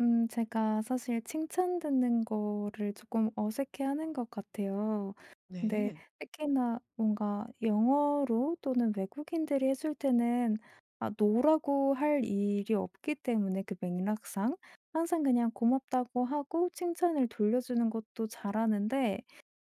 제가 사실 칭찬 듣는 거를 조금 어색해하는 것 같아요. 근데 네. 특히나 뭔가 영어로 또는 외국인들이 해줄 때는 아 노라고 할 일이 없기 때문에 그 맥락상 항상 그냥 고맙다고 하고 칭찬을 돌려주는 것도 잘하는데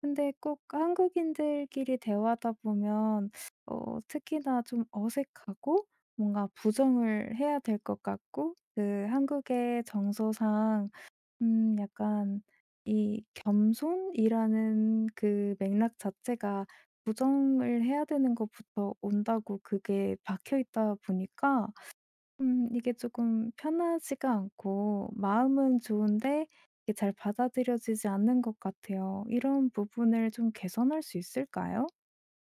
근데 꼭 한국인들끼리 대화하다 보면 특히나 좀 어색하고 뭔가 부정을 해야 될 것 같고 그 한국의 정서상 약간 이 겸손이라는 그 맥락 자체가 부정을 해야 되는 것부터 온다고 그게 박혀 있다 보니까 이게 조금 편하지가 않고 마음은 좋은데 이게 잘 받아들여지지 않는 것 같아요. 이런 부분을 좀 개선할 수 있을까요?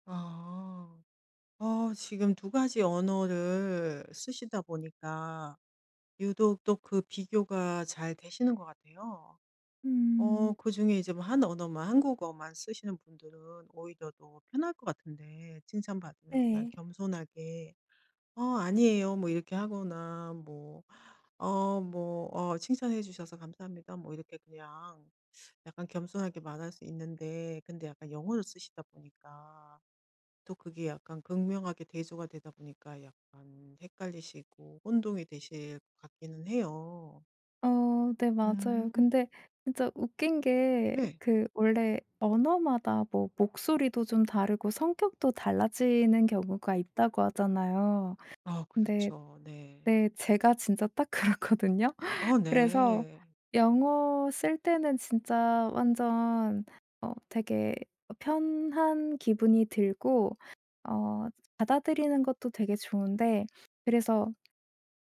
아. 어 지금 두 가지 언어를 쓰시다 보니까 유독 또 그 비교가 잘 되시는 것 같아요. 어 음. 그중에 이제 뭐 한 언어만 한국어만 쓰시는 분들은 오히려 더 편할 것 같은데, 칭찬받으면 그냥 네. 겸손하게 "어 아니에요." 뭐 이렇게 하거나 뭐 "어 뭐 어 칭찬해 주셔서 감사합니다." 뭐 이렇게 그냥 약간 겸손하게 말할 수 있는데, 근데 약간 영어를 쓰시다 보니까 또 그게 약간 극명하게 대조가 되다 보니까 약간 헷갈리시고 혼동이 되실 것 같기는 해요. 어 네, 맞아요. 음. 근데 진짜 웃긴 게 네. 그 원래 언어마다 뭐 목소리도 좀 다르고 성격도 달라지는 경우가 있다고 하잖아요. 아 근데 그렇죠. 네. 네, 제가 진짜 딱 그렇거든요. 어 그래서 네. 영어 쓸 때는 진짜 완전 되게 편한 기분이 들고 어 받아들이는 것도 되게 좋은데 그래서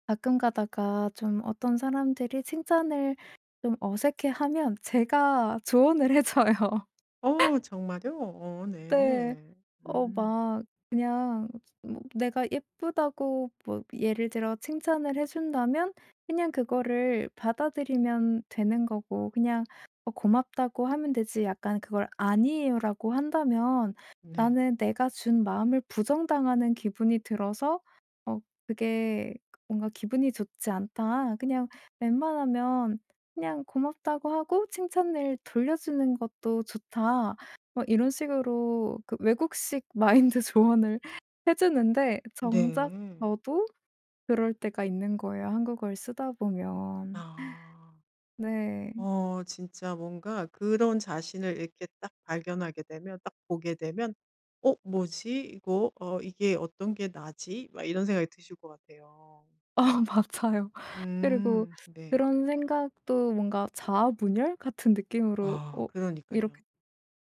가끔 가다가 좀 어떤 사람들이 칭찬을 좀 어색해하면 제가 조언을 해 줘요. 어 정말요? 어 네. 네. 음. 막 그냥 뭐 내가 예쁘다고 뭐 예를 들어 칭찬을 해 준다면 그냥 그거를 받아들이면 되는 거고 그냥 고맙다고 하면 되지 약간 그걸 "아니에요."라고 한다면 네. 나는 내가 준 마음을 부정당하는 기분이 들어서 어 그게 뭔가 '기분이 좋지 않다.' 그냥 웬만하면 그냥 고맙다고 하고 칭찬을 돌려주는 것도 좋다. 막 이런 식으로 그 외국식 마인드 조언을 해 주는데 정작 네. 저도 그럴 때가 있는 거예요, 한국어를 쓰다 보면. 아. 네. 어 진짜 뭔가 그런 자신을 이렇게 딱 발견하게 되면 딱 보게 되면 '어 뭐지? 이거 어 이게 어떤 게 나지?' 막 이런 생각이 드실 것 같아요. 아 맞아요. 그리고 네. 그런 생각도 뭔가 자아분열 같은 느낌으로 아 그러니깐요. 이렇게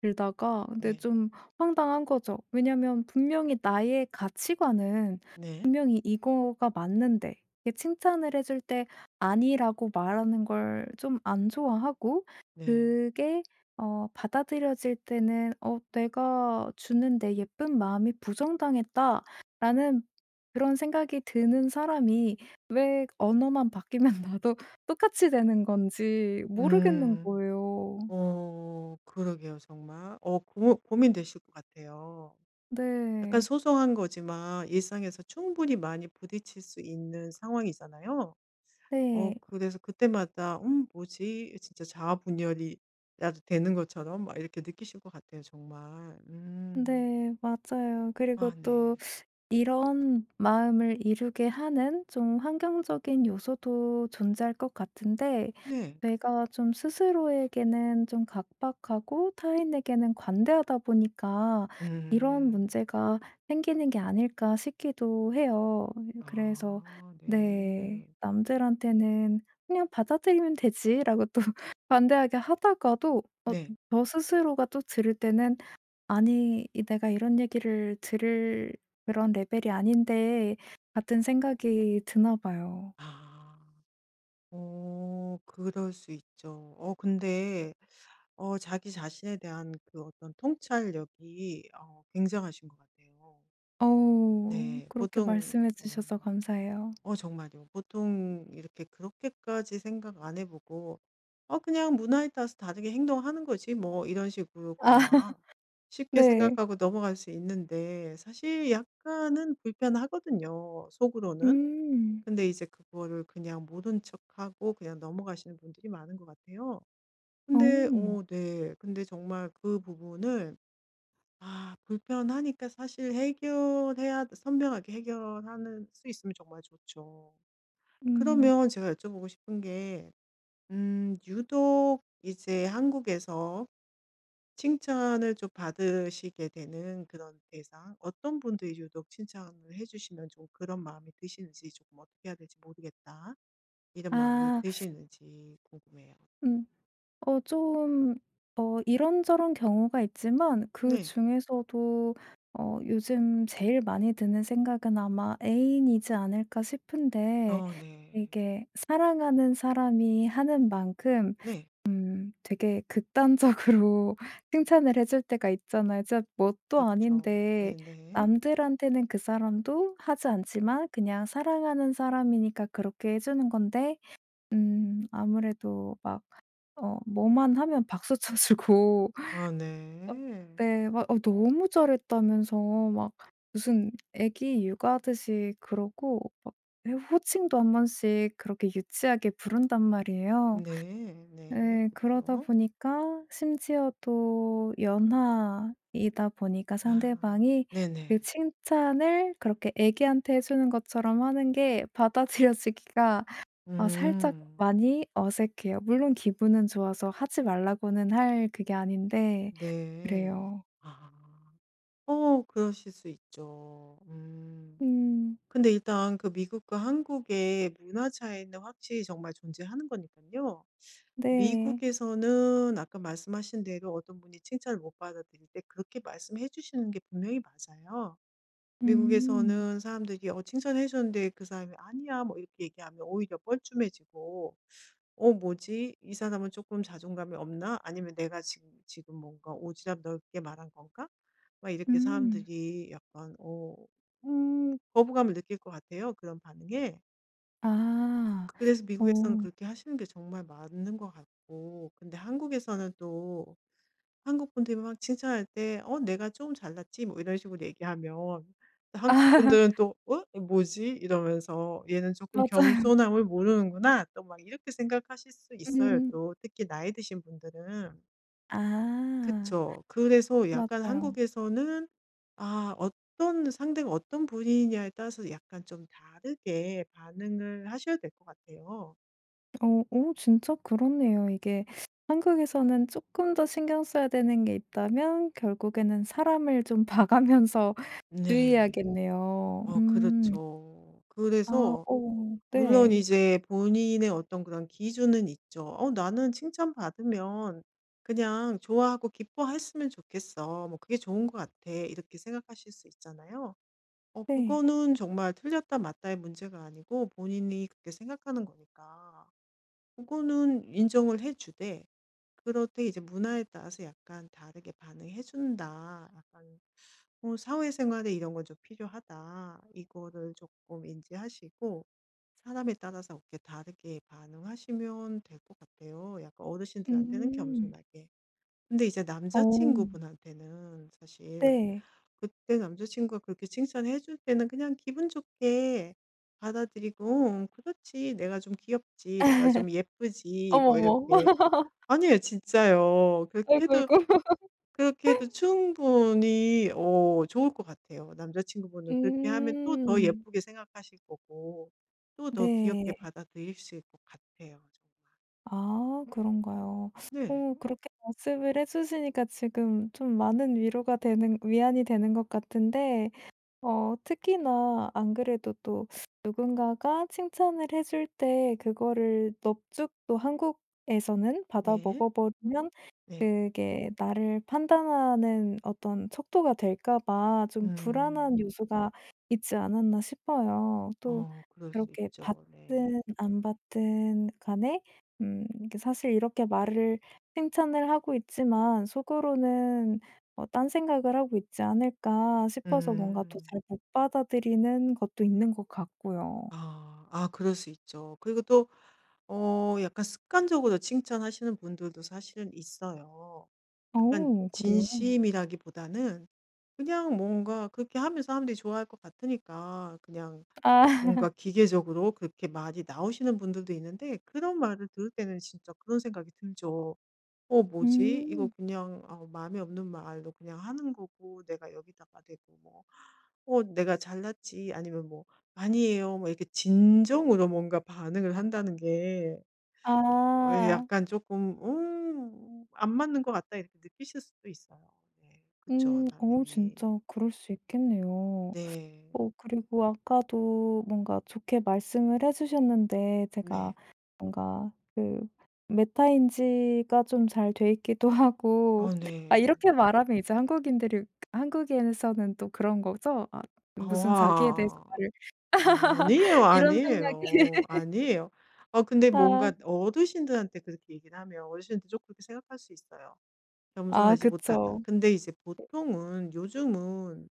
들다가 근데 네. 좀 황당한 거죠. 왜냐면 분명히 나의 가치관은 네. 분명히 이거가 맞는데 이게 칭찬을 해줄 때 아니라고 말하는 걸 좀 안 좋아하고 네. 그게 받아들여질 때는 '어 내가 주는 내 예쁜 마음이 부정당했다.'라는 그런 생각이 드는 사람이 왜 언어만 바뀌면 나도 똑같이 되는 건지 모르겠는 음. 거예요. 어 그러게요 정말. 어 고 고민되실 것 같아요. 약간 네. 소소한 거지만 일상에서 충분히 많이 부딪힐 수 있는 상황이잖아요. 어 네. 그래서 그때마다 '음 뭐지?' 진짜 자아분열이라도 되는 것처럼 막 이렇게 느끼실 것 같아요 정말. 음. 네, 맞아요. 그리고 아 또 네. 이런 마음을 이루게 하는 좀 환경적인 요소도 존재할 것 같은데, 네. 제가 좀 스스로에게는 좀 각박하고 타인에게는 관대하다 보니까 이런 음. 문제가 생기는 게 아닐까 싶기도 해요. 그래서, 아 네, 네. 남들한테는 그냥 받아들이면 되지라고 또 관대하게 하다가도 네. 저 스스로가 또 들을 때는 '아니 이 내가 이런 얘기를 들을 그런 레벨이 아닌데.' 같은 생각이 드나 봐요. 아. 어 그럴 수 있죠. 어 근데 어 자기 자신에 대한 그 어떤 통찰력이 어 굉장하신 것 같아요. 어 네. 그렇게 보통 말씀해 음 주셔서 감사해요. 어 정말요. 보통 이렇게 그렇게까지 생각 안 해 보고 '어 그냥 문화에 따라서 다르게 행동하는 거지 뭐.' 이런 식으로 아. 그냥 쉽게 네. 생각하고 넘어갈 수 있는데, 사실 약간은 불편하거든요 속으로는. 음. 근데 이제 그거를 그냥 모른 척하고 그냥 넘어가시는 분들이 많은 것 같아요. 어. 근데 어 네. 근데 정말 그 부분을 아 불편하니까 사실 해결해야 선명하게 해결하는 수 있으면 정말 좋죠. 음. 그러면 제가 여쭤보고 싶은 게 유독 이제 한국에서 칭찬을 좀 받으시게 되는 그런 대상, 어떤 분들이 유독 칭찬을 해 주시면 좀 그런 마음이 드시는지, 조금 어떻게 해야 될지 모르겠다, 이런 마음이 아 드시는지 궁금해요. 음 좀 이런저런 경우가 있지만 네. 그중에서도 요즘 제일 많이 드는 생각은 아마 애인이지 않을까 싶은데 어 네. 이게 사랑하는 사람이 하는 만큼 네. 되게 극단적으로 칭찬을 해줄 때가 있잖아요. 진짜 뭣도 그쵸. 아닌데 네네. 남들한테는 그 사람도 하지 않지만 그냥 사랑하는 사람이니까 그렇게 해 주는 건데 아무래도 막 뭐만 하면 박수 쳐 주고 아 어. 네. 네 막 너무 잘했다면서 막 무슨 애기 육아하듯이 그러고 막 예 호칭도 한 번씩 그렇게 유치하게 부른단 말이에요. 네. 네. 네 그러다 그쵸. 보니까 심지어 또 연하이다 보니까 아. 상대방이 그 네네. 칭찬을 그렇게 애기한테 해 주는 것처럼 하는 게 받아들여지기가 살짝 음. 많이 어색해요. 물론 기분은 좋아서 하지 말라고는 할 그게 아닌데 네. 그래요. 아. 어 그러실 수 있죠. 음. 음. 근데 일단 그 미국과 한국의 문화 차이는 확실히 정말 존재하는 거니까요. 네. 미국에서는 아까 말씀하신 대로 어떤 분이 칭찬을 못 받아들일 때 그렇게 말씀해 주시는 게 분명히 맞아요. 음. 미국에서는 사람들이 어, 칭찬해 줬는데 그 사람이 아니야 뭐 이렇게 얘기하면 오히려 뻘쭘해지고, 어, 뭐지? 이 사람은 조금 자존감이 없나? 아니면 내가 지금 뭔가 오지랖 넓게 말한 건가? 막 이렇게 음. 사람들이 약간, 어, 거부감을 느낄 것 같아요. 그런 반응에. 아. 그래서 미국에서는 오 그렇게 하시는 게 정말 맞는 것 같고, 근데 한국에서는 또 한국 분들이 막 칭찬할 때 "어 내가 좀 잘났지." 뭐 이런 식으로 얘기하면 또 아 한국 분들은 또 '어? 뭐지?' 이러면서 '얘는 조금 맞아요. 겸손함을 모르는구나.' 또 막 이렇게 생각하실 수 있어요, 음. 또 특히 나이 드신 분들은. 아. 그쵸. 그래서 약간 맞아요. 한국에서는 아 어떤 상대가 어떤 분이냐에 따라서 약간 좀 다르게 반응을 하셔야 될 것 같아요. 어 오 진짜 그렇네요. 이게 한국에서는 조금 더 신경 써야 되는 게 있다면 결국에는 사람을 좀 봐가면서 네. 주의해야겠네요. 어 음. 그렇죠. 아 그래서 오 물론 네. 이제 본인의 어떤 그런 기준은 있죠. '어 나는 칭찬받으면 그냥 좋아하고 기뻐했으면 좋겠어. 뭐 그게 좋은 것 같아.' 이렇게 생각하실 수 있잖아요. 어 네. 그거는 정말 틀렸다 맞다의 문제가 아니고 본인이 그렇게 생각하는 거니까 그거는 인정을 해 주되, 그렇되 이제 문화에 따라서 약간 다르게 반응해 준다. 약간 어 '사회생활에 이런 건 좀 필요하다.' 이거를 조금 인지하시고 사람에 따라서 그렇게 다르게 반응하시면 될 것 같아요. 약간 어르신들한테는 음. 겸손하게. 근데 이제 어 남자친구분한테는 사실 네. 그때 남자친구가 그렇게 칭찬해 줄 때는 그냥 기분 좋게 받아들이고 "응, 그렇지. 내가 좀 귀엽지. 내가 좀 예쁘지.' 뭐 어머머. 이렇게 아니에요 진짜요. 그렇게 아이고, 해도 아이고. 그렇게 해도 충분히 어 좋을 것 같아요. 남자친구분은 그렇게 하면 또 더 음. 예쁘게 생각하실 거고 또 더 귀엽게 네. 받아들일 수 있을 것 같아요 정말. 아 그런가요? 네. 그렇게 말씀을 해 주시니까 지금 좀 많은 위로가 되는 위안이 되는 것 같은데 특히나 안 그래도 또 누군가가 칭찬을 해줄 때 그거를 넙죽 또 한국에서는 받아 네. 먹어 버리면 네. 그게 나를 판단하는 어떤 척도가 될까 봐 좀 음. 불안한 요소가 있지 않았나 싶어요. 또 어 그럴 수 그렇게 있죠. 네. 받든 안 받든 간에 이게 사실 이렇게 말을 칭찬을 하고 있지만 속으로는 '딴 생각을 하고 있지 않을까.' 싶어서 뭔가 더 음. 잘 못 받아들이는 것도 있는 것 같고요. 아. 아 그럴 수 있죠. 그리고 또 어 약간 습관적으로 칭찬하시는 분들도 사실은 있어요. 약간 어 그래요? 진심이라기보다는 그냥 뭔가 그렇게 하면 사람들이 좋아할 것 같으니까 그냥 아. 뭔가 기계적으로 그렇게 말이 나오시는 분들도 있는데, 그런 말을 들을 때는 진짜 그런 생각이 들죠. '어 뭐지? 이거 음. 그냥 어 마음에 없는 말로 그냥 하는 거고, 내가 여기다가 대고 뭐 "어 내가 잘났지." 아니면 뭐 "아니에요." 뭐 이렇게 진정으로 뭔가 반응을 한다는 게 어 예 아. 약간 조금 음 안 맞는 것 같다.' 이렇게 느끼실 수도 있어요. 네. 그쵸 음. 당연히. 진짜 그럴 수 있겠네요. 네. 그리고 아까도 뭔가 좋게 말씀을 해 주셨는데 제가 네. 뭔가 그 메타인지가 좀 잘 돼 있기도 하고 어 아 네. 이렇게 말하면 이제 한국인들이 한국에서는 또 그런 거죠? 아 무슨 자기에 대해서 아. 말을 아니에요, 이런 생각이 아니에요. 아니에요. 어 근데 아. 뭔가 어르신들한테 그렇게 얘기를 하면 어르신들 조금 그렇게 생각할 수 있어요. 아 겸손하지 못하다. 그쵸. 근데 이제 보통은 요즘은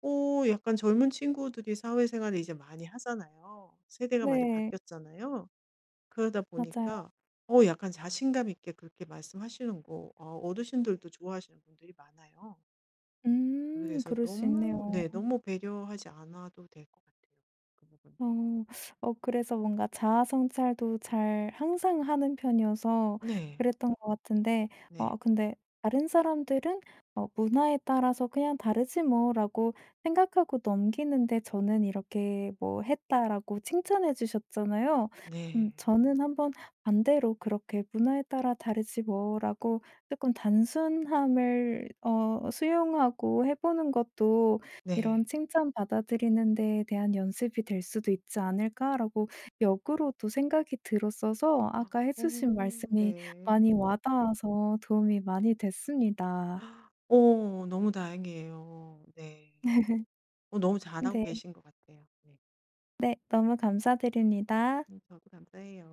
오 약간 젊은 친구들이 사회생활을 이제 많이 하잖아요. 세대가 많이 네. 바뀌었잖아요. 그러다 맞아요. 보니까 어 약간 자신감 있게 그렇게 말씀하시는 거 어 어르신들도 좋아하시는 분들이 많아요. 그래서 그럴 수 너무 있네요. 네 너무 배려하지 않아도 될 것 같아요. 그 부분. 어. 그래서 뭔가 자아 성찰도 잘 항상 하는 편이어서 네. 그랬던 것 같은데 네. 근데 다른 사람들은 '문화에 따라서 그냥 다르지 뭐.'라고 생각하고 넘기는데 저는 이렇게 뭐 했다라고 칭찬해 주셨잖아요. 네. 저는 한번 반대로 그렇게 '문화에 따라 다르지 뭐.'라고 조금 단순함을 수용하고 해 보는 것도 이런 네. '칭찬 받아들이는 데에 대한 연습이 될 수도 있지 않을까?'라고 역으로도 생각이 들었어서 아까 해 어 주신 말씀이 많이 네. 와 닿아서 도움이 많이 됐습니다. 어 너무 다행이에요. 네. 어 너무 잘하고 네. 계신 것 같아요. 네. 네. 너무 감사드립니다. 저도 감사해요.